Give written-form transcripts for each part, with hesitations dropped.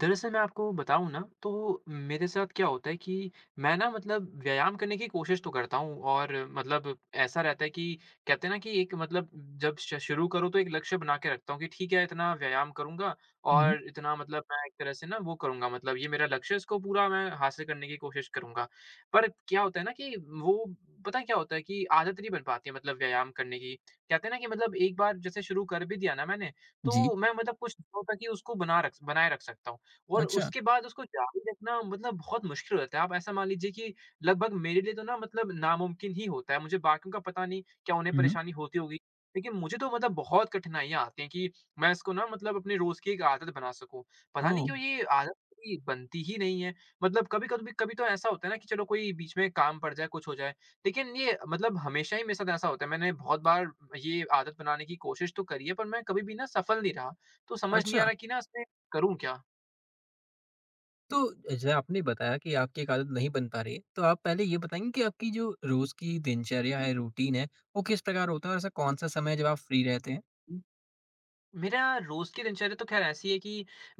दरअसल मैं आपको बताऊँ ना, तो मेरे साथ क्या होता है कि मैं ना मतलब व्यायाम करने की कोशिश तो करता हूँ, और मतलब ऐसा रहता है कि कहते हैं ना कि एक मतलब जब श शुरू करो तो एक लक्ष्य बना के रखता हूँ कि ठीक है, इतना व्यायाम करूँगा हुँ, और इतना, मतलब मैं एक तरह से ना वो करूँगा, मतलब ये मेरा लक्ष्य है, इसको पूरा मैं हासिल करने की कोशिश करूँगा। पर क्या होता है ना कि वो, पता है क्या होता है कि आदत नहीं बन पाती है, मतलब व्यायाम करने की। कहते हैं ना कि मतलब एक बार जैसे शुरू कर भी दिया ना मैंने, जी। तो मैं मतलब कुछ दिनों तक ही उसको बनाए रख सकता हूँ। और अच्छा। उसके बाद उसको जारी रखना मतलब बहुत मुश्किल हो जाता है। आप ऐसा मान लीजिए कि लगभग मेरे लिए तो ना मतलब नामुमकिन ही होता है। मुझे बाकियों का पता नहीं, क्या उन्हें हुँ, हुँ। परेशानी होती होगी। लेकिन मुझे तो मतलब बहुत कठिनाइयाँ आती हैं कि मैं इसको ना मतलब अपनी रोज़ की एक आदत बना सकूँ। पता नहीं ओह! क्यों ये आदत मेरी बनती ही नहीं है। मतलब कभी-कभी कभी कभी तो ऐसा होता है ना कि चलो कोई बीच में काम पड़ जाए, कुछ हो जाए। लेकिन ये मतलब हमेशा ही मेरे साथ ऐसा होता है। मैंने बहुत बार ये आदत बनाने की कोशिश तो करी है, पर मैं कभी भी ना सफल नहीं रहा। तो समझ नहीं आ अच्छा, रहा कि ना इसमें करूँ क्या? तो जैसे आपने बताया कि आपकी एक आदत नहीं बन पा रही है, तो आप पहले ये बताएँगे कि आपकी जो रोज़ की दिनचर्या है, रूटीन है, वो किस प्रकार होता है और ऐसा कौन-सा समय है जब आप फ्री रहते हैं? मेरा रोज़ की दिनचर्या तो ख़ैर ऐसी है कि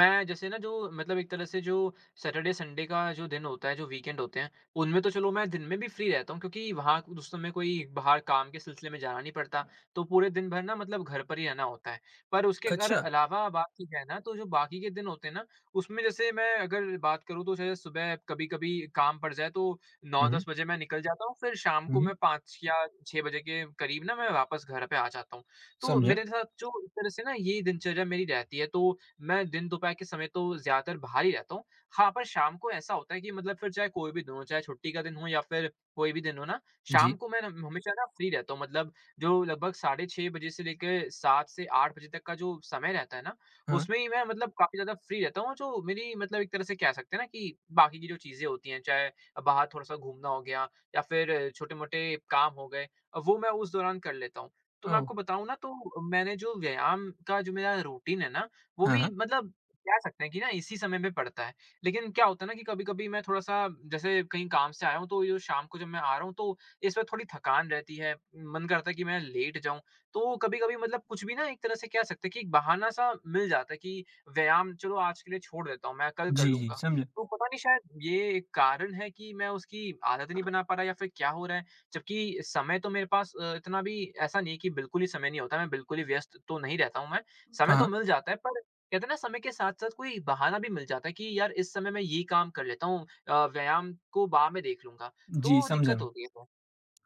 मैं जैसे ना, जो मतलब एक तरह से, जो सैटरडे संडे का जो दिन होता है, जो वीकेंड होते हैं, उनमें तो चलो मैं दिन में भी फ्री रहता हूँ, क्योंकि वहाँ उस समय कोई बाहर काम के सिलसिले में जाना नहीं पड़ता। तो पूरे दिन भर ना मतलब घर पर ही रहना होता है। पर उसके अगर अच्छा। अलावा बात की जाए ना, तो जो बाकी के दिन होते हैं ना, उसमें जैसे मैं अगर बात करूँ, तो जैसे सुबह कभी-कभी काम पड़ जाए तो हुँ, 9-10 हुँ। बजे मैं निकल जाता हूँ। फिर शाम हुँ, को मैं हुँ। 5 या 6 बजे के करीब ना मैं वापस घर पे आ जाता हूँ। तो समझा। मेरे साथ जो एक तरह से ना ये दिनचर्या मेरी रहती है, तो मैं दिन दोपहर के समय तो ज़्यादातर बाहर ही रहता हूँ। हाँ, पर शाम को ऐसा होता है कि मतलब फिर चाहे कोई भी दिन हो, चाहे छुट्टी का दिन हो या फिर कोई भी दिन हो ना, शाम जी। को मैं ना हमेशा ना फ्री रहता हूँ। मतलब जो लगभग साढ़े 6 बजे से लेके 7 से 8 बजे तक का जो समय रहता है ना, हाँ। उसमें ही मैं मतलब काफ़ी ज़्यादा फ्री रहता हूँ। जो मेरी, मतलब एक तरह से कह सकते हैं ना कि बाकी की जो चीज़ें होती हैं, चाहे बाहर थोड़ा-सा घूमना हो गया या फिर छोटे-मोटे काम हो गए, वो मैं उस दौरान कर लेता हूँ। तो मैं ओह! आपको बताऊँ ना, तो मैंने जो व्यायाम का जो मेरा रूटीन है ना, वो हाँ, भी हाँ। मतलब कह सकते हैं कि ना इसी समय में पड़ता है। लेकिन क्या होता है ना कि कभी-कभी मैं थोड़ा-सा, जैसे कहीं काम से आया हूँ, तो ये शाम को जब मैं आ रहा हूँ, तो इस वक़्त थोड़ी थकान रहती है, मन करता है कि मैं लेट जाऊँ। तो कभी-कभी मतलब कुछ भी ना एक तरह से कह सकते हैं कि एक बहाना-सा मिल जाता है कि व्यायाम चलो आज के लिए छोड़ देता हूँ, मैं कल कर जी, जी लूँगा। समझा। तो पता नहीं शायद ये एक कारण है कि मैं उसकी आदत ही नहीं बना पा रहा, या फिर क्या हो रहा है? जबकि समय तो मेरे पास इतना भी ऐसा नहीं है कि बिल्कुल ही समय नहीं होता, मैं बिल्कुल ही व्यस्त तो नहीं रहता हूँ मैं, समय हाँ, तो हाँ। मिल जाता है, पर कहते हैं ना, समय के साथ-साथ कोई बहाना भी मिल जाता है कि यार इस समय मैं ये काम कर लेता हूँ, व्यायाम को बाद में देख लूँगा, जी, तो समझा दिक्कत मैं। होती है फिर।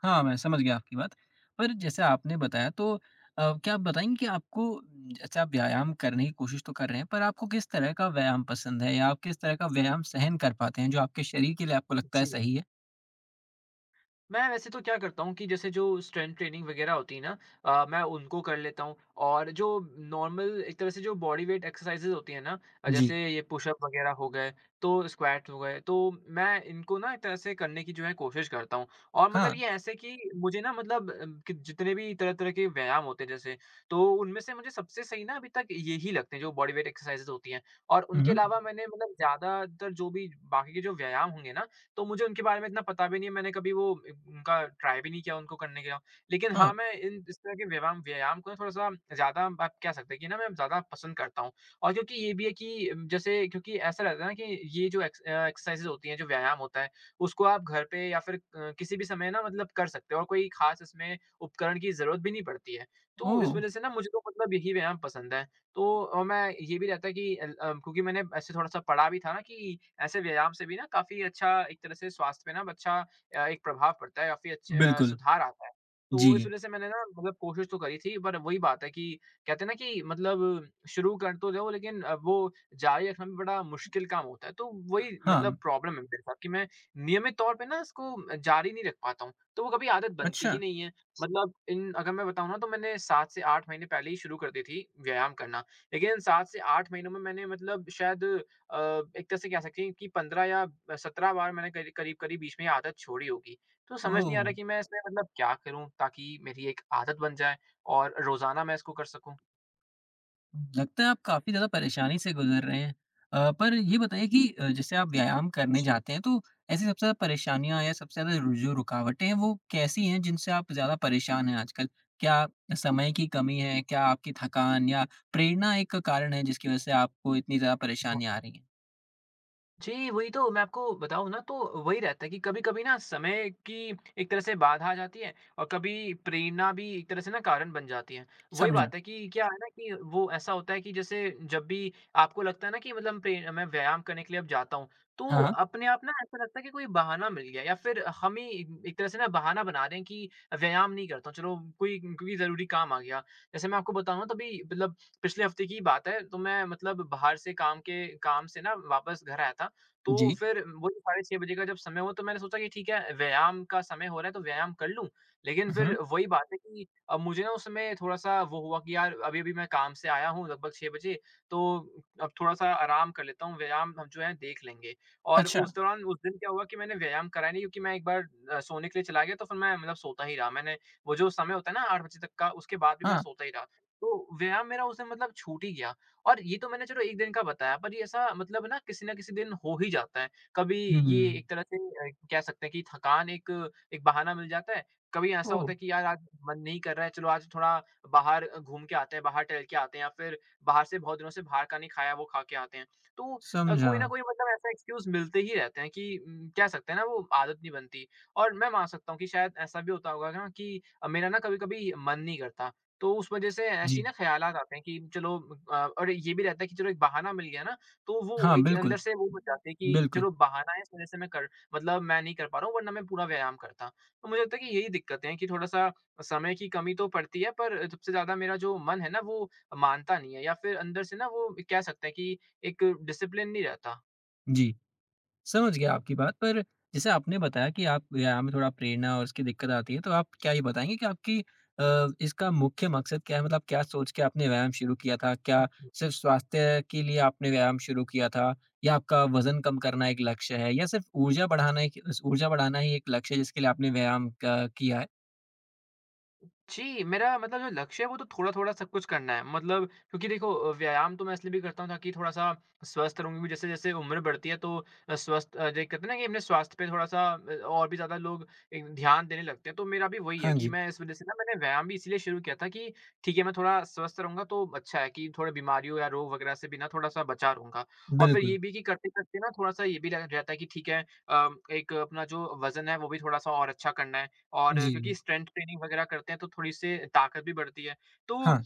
हाँ, मैं समझ गया आपकी बात। पर जैसे आपने बताया तो क्या आप बताएँगे कि आपको जैसे आप व्यायाम करने की कोशिश तो कर रहे हैं, पर आपको किस तरह का व्यायाम पसंद है? या आप किस तरह का व्यायाम सहन कर पाते हैं, जो आपके शरीर के लिए आपको लगता है जी। सही है? मैं वैसे तो क्या करता हूँ कि जैसे जो स्ट्रेंथ ट्रेनिंग वगैरह होती है ना, मैं उनको कर लेता हूँ, और जो नॉर्मल एक तरह से जो बॉडी वेट एक्सरसाइजेज होती है ना, जी। जैसे ये पुशअप वगैरह हो गए, तो स्क्वाट हो गए, तो मैं इनको ना एक तरह से करने की जो है कोशिश करता हूँ। और मतलब हाँ। ये ऐसे कि मुझे ना, मतलब कि जितने भी तरह तरह के व्यायाम होते हैं जैसे, तो उनमें से मुझे सबसे सही ना अभी तक यही लगते हैं, जो बॉडी वेट एक्सरसाइजेज होती हैं। और हुँ, उनके हुँ। अलावा मैंने मतलब ज्यादातर जो भी बाकी के जो व्यायाम होंगे ना, तो मुझे उनके बारे में इतना पता भी नहीं है, मैंने कभी वो इ उनका ट्राई भी नहीं किया, उनको करने का। लेकिन हाँ, हाँ। मैं इन इस तरह के व्यायाम व्यायाम को ना थोड़ा-सा ज़्यादा, आप कह सकते हैं कि ना मैं ज़्यादा पसंद करता हूँ। और क्योंकि ये भी है कि जैसे क्योंकि ऐसा रहता है ना कि ये जो एक्सरसाइज़ होती हैं, जो व्यायाम होता है, उसको आप घर पे या फिर किसी भी समय ना मतलब कर सकते हो, और कोई ख़ास इसमें उपकरण की ज़रूरत भी नहीं पड़ती है। तो ओह! इस वज़ह से ना मुझे तो मतलब यही व्यायाम पसंद है। तो मैं ये भी रहता है कि क्योंकि मैंने ऐसे थोड़ा-सा पढ़ा भी था ना कि ऐसे व्यायाम से भी ना काफ़ी अच्छा एक तरह से स्वास्थ्य पे ना अच्छा एक प्रभाव पड़ता है, काफ़ी अच्छे बिल्कुल। सुधार आता है। जी। तो इस वज़ह से मैंने ना मतलब कोशिश तो करी थी, पर वही बात है कि कहते हैं ना कि मतलब शुरू कर तो दो, लेकिन वो जारी रखना भी बड़ा मुश्किल काम होता है। तो वही हाँ। मतलब प्रॉब्लम है मेरे साथ कि मैं नियमित तौर पे ना इसको जारी नहीं रख पाता हूँ, तो वो कभी आदत बनती ही अच्छा। नहीं है। मतलब इन अगर मैं बताऊँ ना, तो मैंने 7 से 8 महीने पहले ही शुरू कर दी थी व्यायाम करना, लेकिन 7 से 8 महीनों में मैंने मतलब शायद अ, एक तरह से कह सकते हैं कि 15 या 17 बार मैंने करी करीब-करीब बीच में ये आदत छोड़ी होगी। तो समझ नहीं आ रहा ओह! कि मैं इसमें मतलब क्या करूँ ताकि मेरी एक आदत बन जाए और रोज़ाना मैं इसको कर सकूँ? लगता है आप काफ़ी ज़्यादा परेशानी से गुज़र रहे हैं। पर ये बताइए कि जैसे आप व्यायाम करने जी। जाते हैं, तो ऐसी सबसे ज़्यादा परेशानियाँ या सबसे ज़्यादा रु जो रुकावटें हैं, वो कैसी हैं जिनसे आप ज़्यादा परेशान हैं आजकल? क्या समय की कमी है? क्या आपकी थकान या प्रेरणा एक कारण है जिसकी वज़ह से आपको इतनी ज़्यादा परेशानी आ रही है? जी, वही तो मैं आपको बताऊँ ना, तो वही रहता है कि कभी-कभी ना समय की एक तरह से बाधा आ जाती है, और कभी प्रेरणा भी एक तरह से ना कारण बन जाती है। वही समझा। बात है कि क्या है ना कि वो ऐसा होता है कि जैसे जब भी आपको लगता है ना कि मतलब प्रे मैं व्यायाम करने के लिए अब जाता हूँ, तो हाँ, हाँ। अपने आप ना ऐसा लगता है कि कोई बहाना मिल गया, या फिर हम ही एक तरह से ना बहाना बना रहे हैं कि व्यायाम नहीं करता हूँ, चलो कोई कोई ज़रूरी काम आ गया। जैसे मैं आपको बताऊँ ना, तो अभी मतलब पिछले हफ़्ते की बात है, तो मैं मतलब बाहर से काम से ना वापस घर आया था। तो जी। फिर वही साढ़े 6 बजे का जब समय हुआ, तो मैंने सोचा कि ठीक है, व्यायाम का समय हो रहा है, तो व्यायाम कर लूँ। लेकिन फिर हुँ। वही बात है कि अब मुझे ना उस समय थोड़ा-सा वो हुआ कि यार अभी-अभी मैं काम से आया हूँ लगभग 6 बजे, तो अब थोड़ा-सा आराम कर लेता हूँ, व्यायाम हम जो है देख लेंगे। और अच्छा। उस दौरान उस दिन क्या हुआ कि मैंने व्यायाम करा नहीं, क्योंकि मैं एक बार सोने के लिए चला गया, तो फिर मैं मतलब सोता ही रहा। मैंने वो जो समय होता है ना 8 बजे तक का, उसके बाद भी मैं हाँ। सोता ही रहा। तो व्यायाम मेरा उस दिन मतलब छूट ही गया। और ये तो मैंने चलो 1 दिन का बताया, पर ये ऐसा मतलब ना किसी न किसी दिन हो ही जाता है। कभी हुँ। ये एक तरह से कह सकते हैं कि थकान एक एक बहाना मिल जाता है। कभी ऐसा ओह! होता है कि यार आज मन नहीं कर रहा है, चलो आज थोड़ा बाहर घूम के आते हैं, बाहर टहल के आते हैं, या फिर बाहर से बहुत दिनों से बाहर का नहीं खाया, वो खा के आते हैं। तो समझा। कोई ना कोई मतलब ऐसा एक्सक्यूज़ मिलते ही रहते हैं कि कह सकते हैं ना वो आदत नहीं बनती। और मैं मान सकता हूँ कि शायद ऐसा भी होता होगा ना कि मेरा ना कभी-कभी मन नहीं करता। तो उस वजह से ऐसी जी। ना ख़्यालात आते हैं कि चलो और ये भी रहता है कि चलो एक बहाना मिल गया ना, तो वो हाँ, एक अंदर बिल्कुल। से वो हो जाते हैं कि बिल्कुल। चलो बहाना है इस वजह से मैं कर मतलब मैं नहीं कर पा रहा हूँ वरना मैं पूरा व्यायाम करता। तो मुझे लगता है कि यही दिक्कतें हैं कि थोड़ा-सा समय की कमी तो पड़ती है, पर सबसे ज़्यादा मेरा जो मन है ना, वो मानता नहीं है, या फिर अंदर से ना वो कह सकते हैं कि एक डिसिप्लिन नहीं रहता। जी। समझ गया आपकी बात, पर जैसे आपने बताया कि आप व्यायाम में थोड़ा प्रेरणा और उसकी दिक्कत आती है, तो आप क्या ये बताएँगे कि आपकी इसका मुख्य मकसद क्या है? मतलब क्या सोच के आपने व्यायाम शुरू किया था? क्या सिर्फ़ स्वास्थ्य के लिए आपने व्यायाम शुरू किया था? या आपका वज़न कम करना एक लक्ष्य है? या सिर्फ़ ऊर्जा बढ़ाना ही एक लक्ष्य है जिसके लिए आपने व्यायाम क किया है? जी, मेरा मतलब जो लक्ष्य है वो तो थोड़ा-थोड़ा सब कुछ करना है। मतलब क्योंकि देखो व्यायाम तो मैं इसलिए भी करता हूँ ताकि थोड़ा-सा स्वस्थ रहूँ, क्योंकि जैसे-जैसे उम्र बढ़ती है तो स्वस्थ जो एक कहते हैं ना कि अपने स्वास्थ्य पे थोड़ा-सा और भी ज़्यादा लोग एक ध्यान देने लगते हैं। तो मेरा भी वही है हाँ कि जी। मैं इस वज़ह से ना मैंने व्यायाम भी इसीलिए शुरू किया था कि ठीक है, मैं थोड़ा स्वस्थ रहूँगा तो अच्छा है कि थोड़ा बीमारियों या रोग वगैरह से भी ना थोड़ा-सा बचा रहूँगा। और फिर ये बिल्कुल। भी कि करते-करते ना थोड़ा-सा ये भी लग रहता है कि ठीक है, एक अपना जो वज़न है वो भी थोड़ा-सा और अच्छा करना है। और क्योंकि जी, स्ट्रेंथ ट्रेनिंग वगैरह करते हैं तो थोड़ी-सी ताकत भी बढ़ती है। तो हाँ।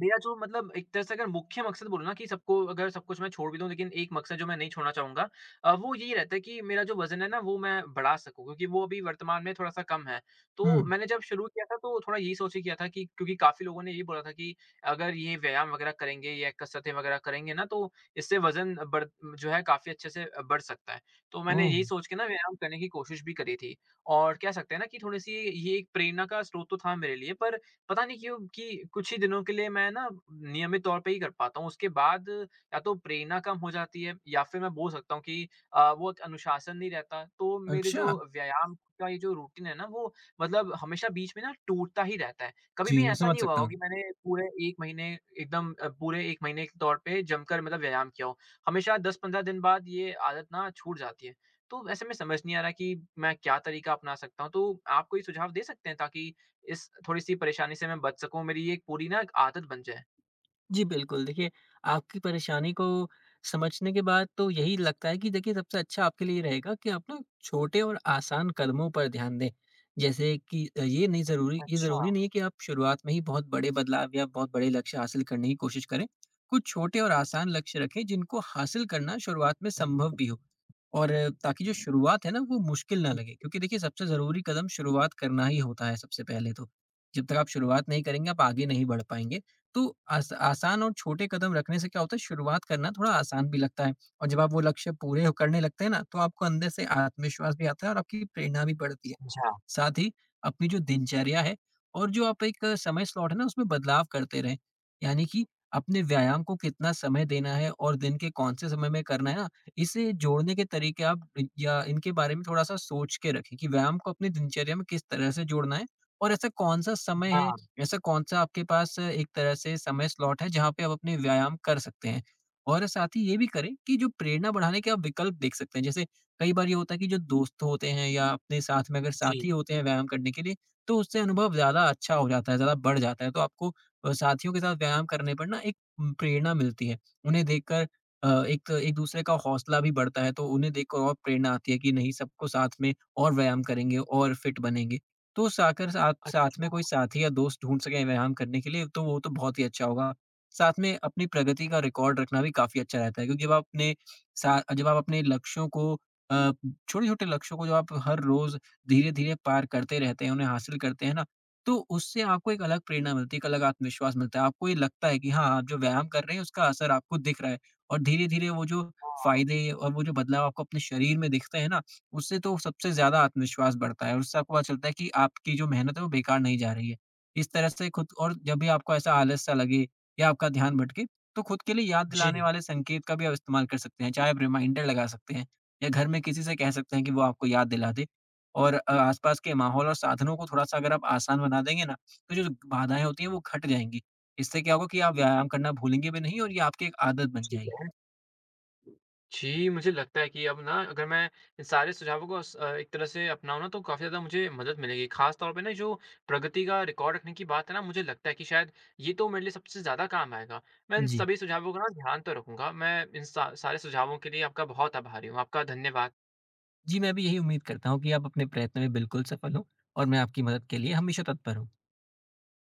मेरा जो मतलब एक तरह से अगर मुख्य मकसद बोलो ना कि सबको, अगर सब कुछ मैं छोड़ भी दूँ लेकिन एक मकसद जो मैं नहीं छोड़ना चाहूँगा, वो यही रहता है कि मेरा जो वज़न है ना वो मैं बढ़ा सकूँ, क्योंकि वो अभी वर्तमान में थोड़ा-सा कम है। हुँ। तो मैंने जब शुरू किया था तो थोड़ा यही सोच के किया था कि क्योंकि काफ़ी लोगों ने ये बोला था कि अगर ये व्यायाम वग़ैरह करेंगे या कसरतें वग़ैरह करेंगे ना, तो इससे वज़न बढ़ जो है काफ़ी अच्छे से बढ़ सकता है। तो मैंने ओह! यही सोच के ना व्यायाम करने की कोशिश भी करी थी, और कह सकते हैं ना कि थोड़ी-सी ये एक प्रेरणा का स्रोत तो था मेरे लिए, पर पता नहीं क्यों कि कुछ ही दिनों के लिए मैं ना नियमित तौर पे ही कर पाता हूँ। उसके बाद या तो प्रेरणा कम हो जाती है, या फिर मैं बोल सकता हूँ कि वो एक अनुशासन नहीं रहता। तो मेरे जो अच्छा। व्यायाम का ये जो रूटीन है ना, वो मतलब हमेशा बीच में ना टूटता ही रहता है। कभी भी जी, मैं ऐसा समझ नहीं हुआ सकता होगा कि हूँ। मैंने पूरे 1 महीने एकदम पूरे 1 महीने के तौर पे जमकर मतलब व्यायाम किया हो। हमेशा 10-15 दिन बाद ये आदत ना छूट जाती है। तो ऐसे में समझ नहीं आ रहा कि मैं क्या तरीका अपना सकता हूँ? तो आप कोई सुझाव दे सकते हैं ताकि इस थोड़ी-सी परेशानी से मैं बच सकूँ, मेरी ये एक पूरी ना एक आदत बन जाए। जी, बिल्कुल। देखिए, आपकी परेशानी को समझने के बाद तो यही लगता है कि देखिए सबसे अच्छा आपके लिए रहेगा कि आप ना छोटे और आसान कदमों पर ध्यान दें। जैसे कि ये अच्छा, ज़रूरी नहीं है कि आप शुरुआत में ही बहुत बड़े बदलाव या बहुत बड़े लक्ष्य हासिल करने की कोशिश करें। कुछ छोटे और आसान लक्ष्य रखें जिनको हासिल करना शुरुआत में संभव भी हो और ताकि जो शुरुआत है ना वो मुश्किल ना लगे क्योंकि देखिए सबसे ज़रूरी कदम शुरुआत करना ही होता है सबसे पहले तो। जब तक आप शुरुआत नहीं करेंगे आप आगे नहीं बढ़ पाएँगे। तो आस आसान और छोटे कदम रखने से क्या होता है, शुरुआत करना थोड़ा आसान भी लगता है और जब आप वो लक्ष्य पूरे करने लगते हैं ना, तो आपको अंदर से आत्मविश्वास भी आता है और आपकी प्रेरणा भी बढ़ती है। समझा। साथ ही अपनी जो दिनचर्या है और जो आप एक समय स्लॉट है ना, उसमें बदलाव करते रहें। यानी कि अपने व्यायाम को कितना समय देना है और दिन के कौन से समय में करना है ना, इसे जोड़ने के तरीके आप इनके बारे में थोड़ा-सा सोच के रखें कि व्यायाम को अपनी दिनचर्या में किस तरह से जोड़ना है और हाँ, ऐसा कौन-सा आपके पास एक तरह से समय स्लॉट है जहाँ पे आप अपने व्यायाम कर सकते हैं? और साथ ही ये भी करें कि जो प्रेरणा बढ़ाने के आप विकल्प देख सकते हैं, जैसे कई बार ये होता है कि जो दोस्त होते हैं या अपने साथ में अगर जी। साथी होते हैं व्यायाम करने के लिए, तो उससे अनुभव ज़्यादा अच्छा हो जाता है, ज़्यादा बढ़ जाता है। तो आपको साथियों के साथ व्यायाम करने पर ना एक प्रेरणा मिलती है। उन्हें देखकर एक एक-दूसरे का हौसला भी बढ़ता है, तो उन्हें देखकर और प्रेरणा आती है कि नहीं सबको साथ में और व्यायाम करेंगे और फिट बनेंगे। तो साकर आप अ, साथ में कोई साथी या दोस्त ढूँढ सकें व्यायाम करने के लिए, तो वो तो बहुत ही अच्छा होगा। साथ में अपनी प्रगति का रिकॉर्ड रखना भी काफ़ी अच्छा रहता है क्योंकि जब आप अपने लक्ष्यों को अ, छोटे-छोटे लक्ष्यों को जब आप हर रोज़ धीरे-धीरे पार करते रहते हैं, उन्हें हासिल करते हैं ना, तो उससे आपको एक अलग प्रेरणा मिलती है, एक अलग आत्मविश्वास मिलता है। आपको ये लगता है कि हाँ, आप जो व्यायाम कर रहे हैं, उसका असर आपको दिख रहा है और धीरे-धीरे वो जो फ़ायदे और वो जो बदलाव आपको अपने शरीर में दिखते हैं ना, उससे तो सबसे ज़्यादा आत्मविश्वास बढ़ता है और उससे आपको पता चलता है कि आपकी जो मेहनत है वो बेकार नहीं जा रही है। इस तरह से खुद और जब भी आपको ऐसा आलस-सा लगे या आपका ध्यान भटके, तो खुद के लिए याद जी, दिलाने वाले संकेत का भी आप इस्तेमाल कर सकते हैं। चाहे आप रिमाइंडर लगा सकते हैं या घर में किसी से कह सकते हैं कि वो आपको याद दिला दे। और आसपास के माहौल और साधनों को थोड़ा-सा अगर आप आसान बना देंगे ना, तो जो बाधाएँ होती हैं वो घट जाएँगी। इससे क्या होगा कि आप व्यायाम करना भूलेंगे भी नहीं और ये आपकी एक आदत बन ठीक जाएगी। है। जी, मुझे लगता है कि अब ना अगर मैं इन सारे सुझावों को एक तरह से अपनाऊँ ना तो काफ़ी ज़्यादा मुझे मदद मिलेगी। ख़ास तौर पे ना जो प्रगति का रिकॉर्ड रखने की बात है ना, मुझे लगता है कि शायद ये तो मेरे लिए सबसे ज़्यादा काम आएगा। मैं इन जी। सभी सुझावों का ना ध्यान तो रखूँगा। मैं इन सा सारे सुझावों के लिए आपका बहुत आभारी हूँ। आपका धन्यवाद। जी, मैं भी यही उम्मीद करता हूँ कि आप अपने प्रयत्न में बिल्कुल सफल हों और मैं आपकी मदद के लिए हमेशा तत्पर हूँ।